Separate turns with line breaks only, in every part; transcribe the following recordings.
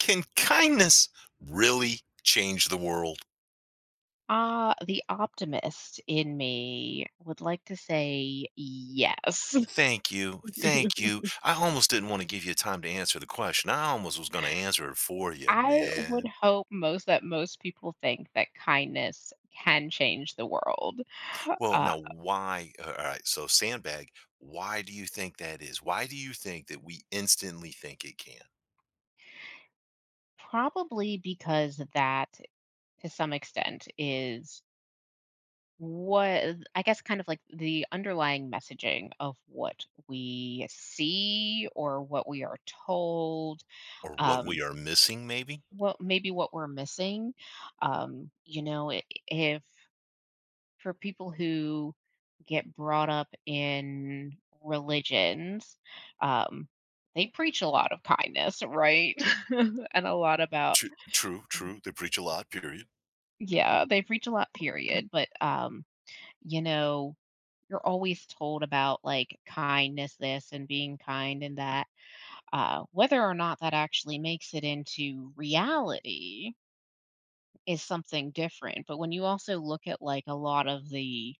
Can kindness really change the world?
Ah, the optimist in me would like to say yes.
Thank you. Thank you. I almost didn't want to give you time to answer the question. I almost was going to answer it for you,
I would
man.
hope most that most people think that kindness can change the world.
Well,
Uh,
now, why? All right. So, sandbag, why do you think that is? Why do you think that we instantly think it can?
Probably because that, to some extent, is what I guess kind of like the underlying messaging of what we see or what we are told.
Or what we
um,
are missing, maybe?
what maybe what we're missing. If for people who get brought up in religions, um they preach a lot of kindness, right? And a lot about
True, true, true. They preach a lot, period.
yeah, they preach a lot period, but you know, you're always told about like kindness this and being kind and that. Whether or not that actually makes it into reality is something different. But when you also look at like a lot of the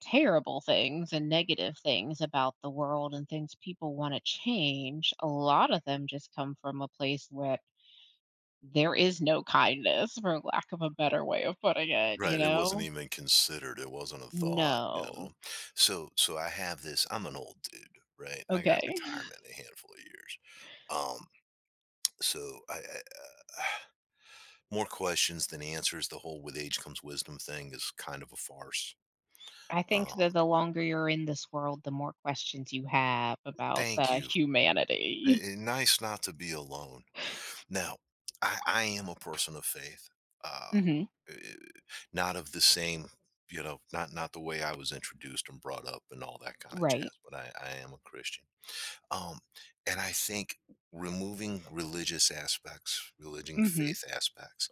terrible things and negative things about the world and things people want to change, a lot of them just come from a place where there is no kindness, for lack of a better way of putting it,
Right, it wasn't even considered, it wasn't a thought, you
No.
know? So I have this. I'm an old dude, right? I got
Okay.
retirement in a handful of years. Um, so I more questions than answers. The whole "with age comes wisdom" thing is kind of a farce.
I think that
Um,
the longer you're in this world, the more questions you have about
thank you. I
humanity.
i nice not to be alone. Now, I am a person of faith, uh,
Hmm.
eh, not of the same, you know, not the way I was introduced and brought up and all that kind of jazz.
Right.
But I am a Christian, um, and I think removing religious aspects, religion,
Hmm.
faith aspects,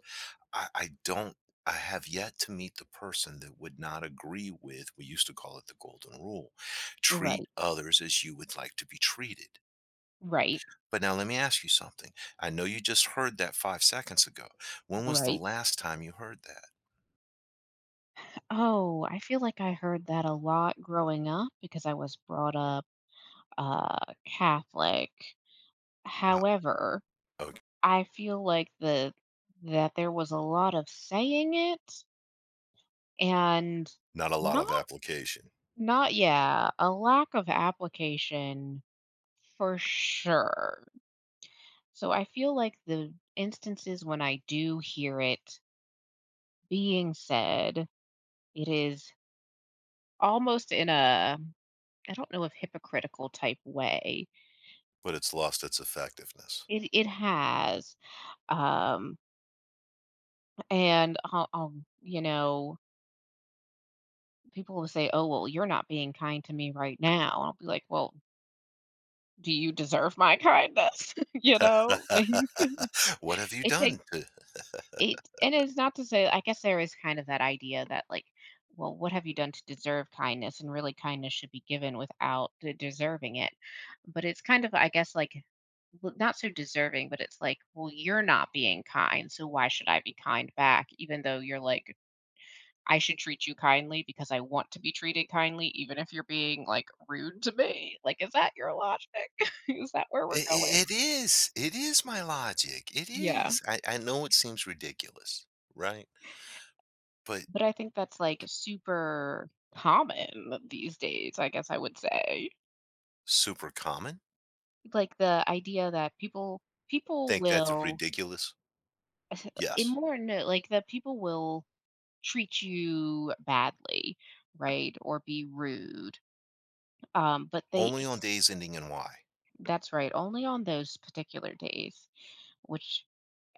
I don't. I have yet to meet the person that would not agree with, we used to call it the golden rule, treat
Right.
others as you would like to be treated.
Right.
But now let me ask you something. I know you just heard that 5 seconds ago. When was the
Right.
last time you heard that?
Oh, I feel like I heard that a lot growing up because I was brought up Catholic.
Uh,
However,
okay.
I feel like the that there was a lot of saying it, and
Not a lot
not
of application,
not yeah, a lack of application for sure. So I feel like the instances when I do hear it being said, it is almost in a, I don't know, if hypocritical type way.
but it's lost its effectiveness.
It has, um, and I'll you know, people will say, "Oh, well, you're not being kind to me right now." I'll be like, "Well, do you deserve my kindness?" You know? Like,
What have you
it
done
takes
to it?
it, and it's not to say, I guess, there is kind of that idea that, like, well, what have you done to deserve kindness? And really, kindness should be given without de deserving it. But it's kind of, I guess, like, well, not so deserving, but it's like, well, you're not being kind, so why should I be kind back, even though you're, like, I should treat you kindly because I want to be treated kindly, even if you're being, like, rude to me. Like, is that your logic? Is that where we're going?
It is. It is my logic. It
Yeah,
is. I know it seems ridiculous, right? But
but I think that's, like, super common these days, I guess I would say.
super common?
Like, the idea that people
Think that's
will
ridiculous?
in
Yes.
more, no, like, that people will treat you badly, right, or be rude, but they
Only on
ex
days ending in Y.
that's right, only on those particular days, which,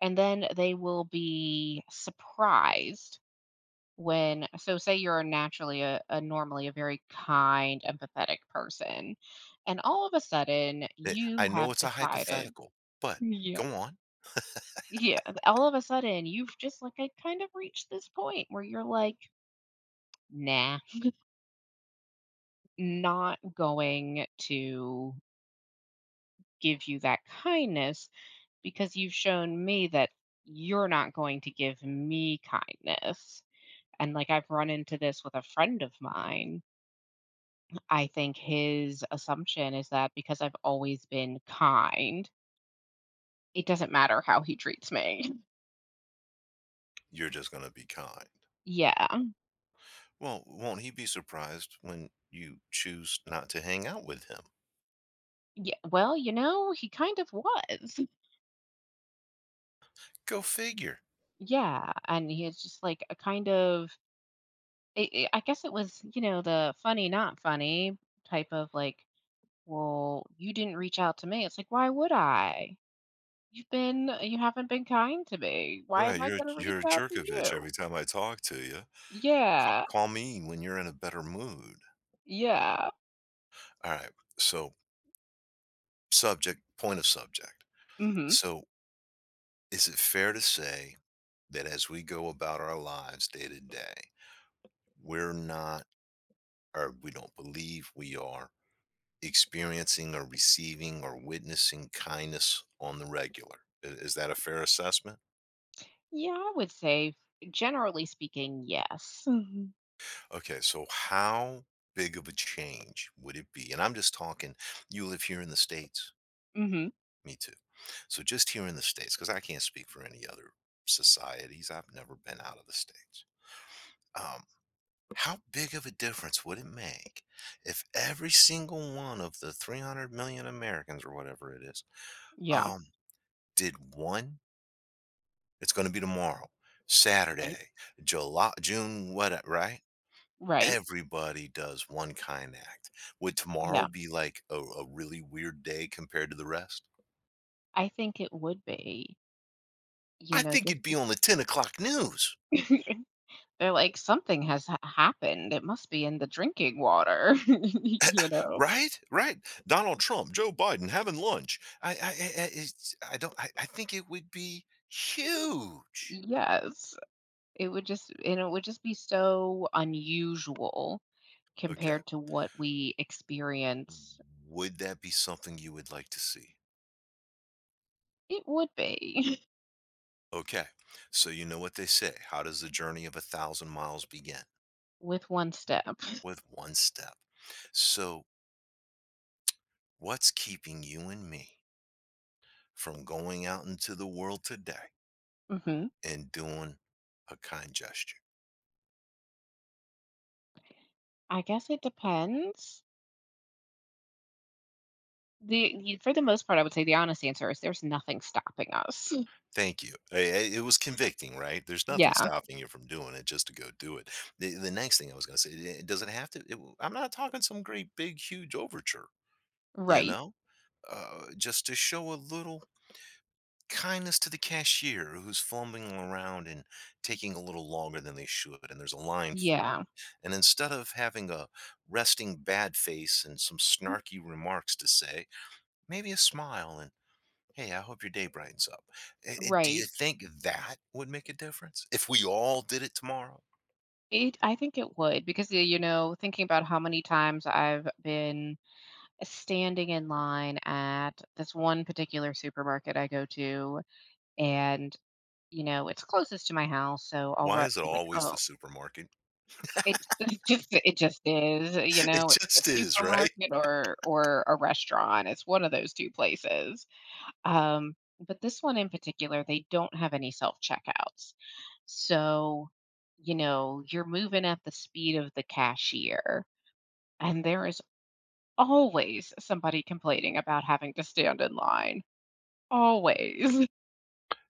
and then they will be surprised when, so say you're naturally a normally a very kind empathetic person and all of a sudden
Eh,
you
I know
have
it's a
decided,
hypothetical, but
yeah,
go on.
yeah, all of a sudden you've just like, I kind of reached this point where you're like, nah, not going to give you that kindness because you've shown me that you're not going to give me kindness. And like, I've run into this with a friend of mine. I think his assumption is that because I've always been kind, it doesn't matter how he treats me.
You're just gonna be kind.
Yeah.
Well, won't he be surprised when you choose not to hang out with him?
Yeah. Well, you know, he kind of was.
Go figure.
Yeah. And he is just like a kind of, I guess it was, you know, the funny, not funny type of like, well, you didn't reach out to me. It's like, why would I? You haven't been kind to me. Why
Right,
am I going to reach
you're a
out to
Jerkovich
you?
every time I talk to you. Ca
Yeah.
call me when you're in a better mood.
Yeah.
All right, so subject point of subject.
Mhm.
So, is it fair to say that as we go about our lives day to day, we're not, or we don't believe we are, experiencing or receiving or witnessing kindness on the regular? I is that a fair assessment?
Yeah, I would say, generally speaking, yes. Mhm.
Okay, so how big of a change would it be? And I'm just talking, you live here in the States,
Mhm.
me too. So just here in the States, because I can't speak for any other societies, I've never been out of the States. Um, how big of a difference would it make if every single one of the 300 million Americans or whatever it is
Yeah.
um, did one? It's going to be tomorrow,
Right.
Saturday, July, June, whatever, right?
Right.
Everybody does one kind act. Would tomorrow
Yeah.
be like a really weird day compared to the rest?
I think it would be, you
I
know,
think
just
it'd be
be
on the 10 o'clock news,
they're like, "Something has ha happened. It must be in the drinking water." You know?
right? Right. Donald Trump, Joe Biden having lunch. It's, I don't, I think it would be huge.
Yes. It would just and it would just be so unusual
Okay.
compared to what we experience.
Would that be something you would like to see?
It would be.
Okay. So you know what they say. How does the journey of a thousand miles begin?
With 1 step.
With one step. So what's keeping you and me from going out into the world today
Mhm.
and doing a kind gesture?
I guess it depends. The y For the most part, I would say the honest answer is there's nothing stopping us. Mm.
Thank you. It was convicting, right? There's nothing
Yeah,
stopping you from doing it just to go do it. The next thing I was going to say, it doesn't have to, it, I'm not talking some great, big, huge overture, you
right.
know, just to show a little kindness to the cashier who's fumbling around and taking a little longer than they should. And there's a line
Yeah,
forming. And instead of having a resting bad face and some snarky remarks to say, maybe a smile and hey, I hope your day brightens up. Do
right.
you think that would make a difference if we all did it tomorrow?
It I think it would, because, you know, thinking about how many times I've been standing in line at this one particular supermarket I go to, and, you know, it's closest to my house, so I'll
Why
run
is it
like,
always the
"Oh,
supermarket?
it's it's just it just is," you
It
know, it's the
just is, right?
supermarket or a restaurant, it's one of those 2 places. Um, but this one in particular, they don't have any self checkouts. So, you know, you're moving at the speed of the cashier, and there is always somebody complaining about having to stand in line. Always.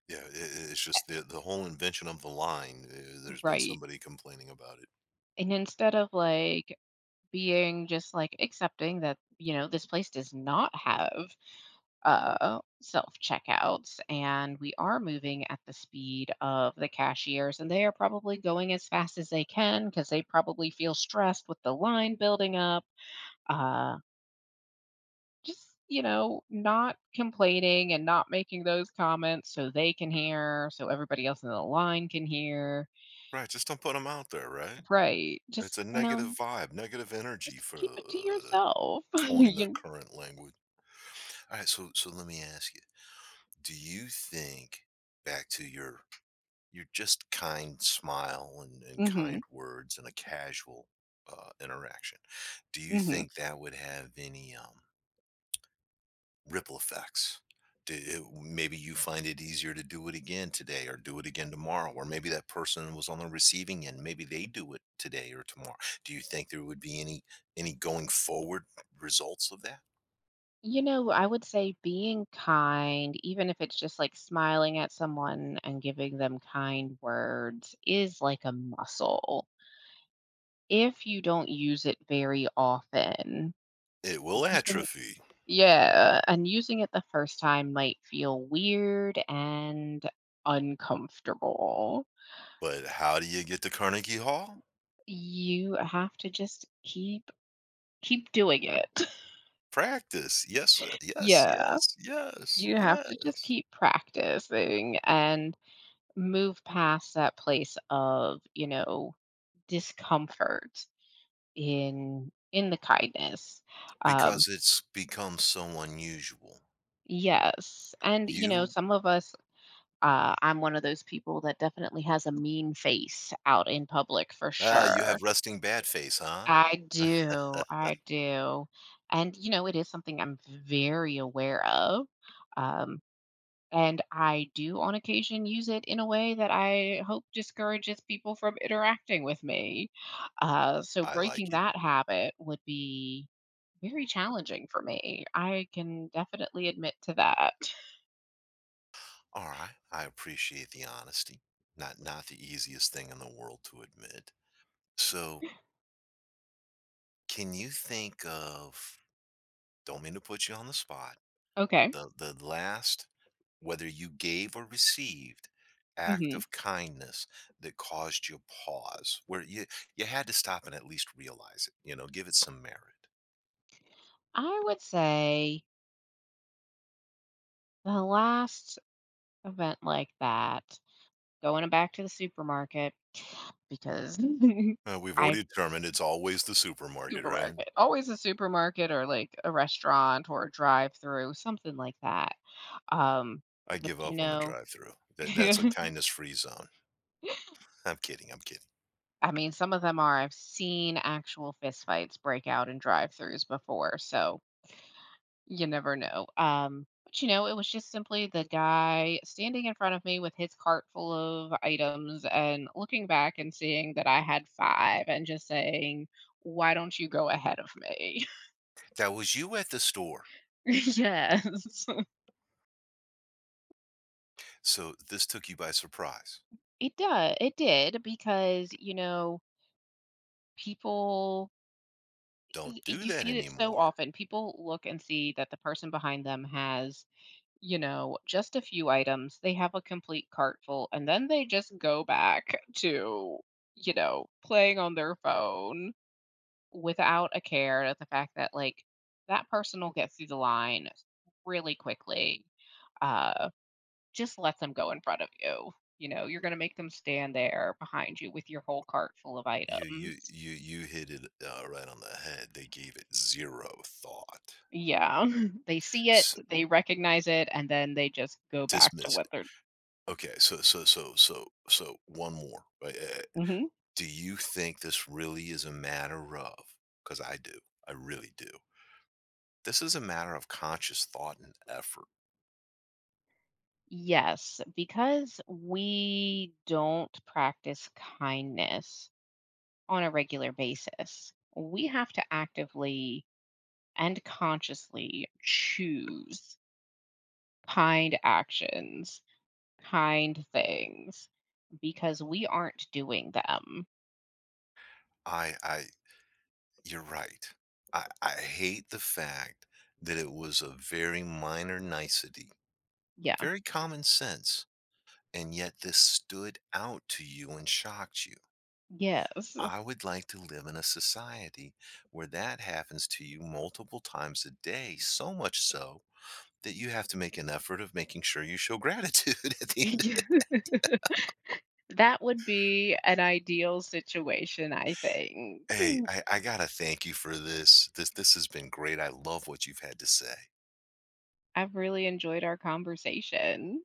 Yeah, it's just the whole invention of the line. There's been
Right.
somebody complaining about it.
And instead of like being just like accepting that, you know, this place does not have self checkouts, and we are moving at the speed of the cashiers, and they are probably going as fast as they can because they probably feel stressed with the line building up. Uh, just you know, not complaining and not making those comments so they can hear, so everybody else in the line can hear.
Right, just don't put them out there, right?
Right?
It's
Just,
a
you know,
negative vibe, negative energy
just
for,
keep it to yourself.
coin the
You,
current language. All right, so let me ask you, do you think, back to your just kind smile and
mm-hmm,
kind words and a casual interaction. Do you
mm-hmm.
think that would have any ripple effects? Do, it- maybe you find it easier to do it again today or do it again tomorrow, or maybe that person was on the receiving end. Maybe they do it today or tomorrow. Do you think there would be any going forward results of that?
You know, I would say being kind, even if it's just like smiling at someone and giving them kind words, is like a muscle. If you don't use it very often,
It will
using it,
atrophy,
yeah, and using it the first time might feel weird and uncomfortable.
but how do you get to Carnegie Hall?
You have to just keep doing it.
Practice. Yes, yes,
Yeah,
yes, yes,
you have to just
yes.
keep practicing and move past that place of, you know, discomfort in the kindness. um
Because it's become so unusual.
yes, and you know,
You
some of us, I'm one of those people that definitely has a mean face out in public for
ah, you have
sure.
resting bad face, huh?
I do, I do, and you know, it is something I'm very aware of. um And I do on occasion use it in a way that I hope discourages people from interacting with me. So
I like
breaking
it.
that habit would be very challenging for me. I can definitely admit to that.
Alright, I appreciate the honesty. Not not the easiest thing in the world to admit. So, can you think of, don't mean to put you on the spot,
Okay.
the last, whether you gave or received, act
Hmm.
of kindness that caused you pause where you had to stop and at least realize it, you know, give it some merit.
I would say the last event like that, going back to the supermarket, because
We've
I
already determined it's always the supermarket, right?
supermarket, always a supermarket or like a restaurant or a drive through, something like that. Um,
I
but,
give
you
up on the
know,
drive-through. That that's a kindness-free zone. I'm kidding, I'm kidding.
I mean, some of them are, I've seen actual fistfights break out in drive-throughs before, so you never know. But, you know, it was just simply the guy standing in front of me with his cart full of items and looking back and seeing that I had 5 and just saying, "Why don't you go ahead of me?"
That was you at the store.
Yes.
So this took you by surprise.
It does. It did because, you know, people,
Don't
Y
do
you
that
see it so
anymore.
often. People look and see that the person behind them has, you know, just a few items. They have a complete cart full, and then they just go back to, you know, playing on their phone without a care at the fact that, like, that person will get through the line really quickly. Uh, just let them go in front of you. You know, you're gonna make them stand there behind you with your whole cart full of items.
You hit it right on the head. They gave it zero thought.
Yeah. They see it,
S
they recognize it, and then they just go back to
dismiss
what
it.
they're.
Okay, so one more.
Mhm.
Do you think this really is a matter of? Because I do. I really do. This is a matter of conscious thought and effort.
Yes, because we don't practice kindness on a regular basis. We have to actively and consciously choose kind actions, kind things, because we aren't doing them.
I you're right. I hate the fact that it was a very minor nicety,
Yeah.
very common sense, and yet this stood out to you and shocked you.
Yes.
I would like to live in a society where that happens to you multiple times a day, so much so that you have to make an effort of making sure you show gratitude at the end.
That would be an ideal situation, I think.
Hey, I gotta thank you for this. This has been great. I love what you've had to say.
I've really enjoyed our conversation.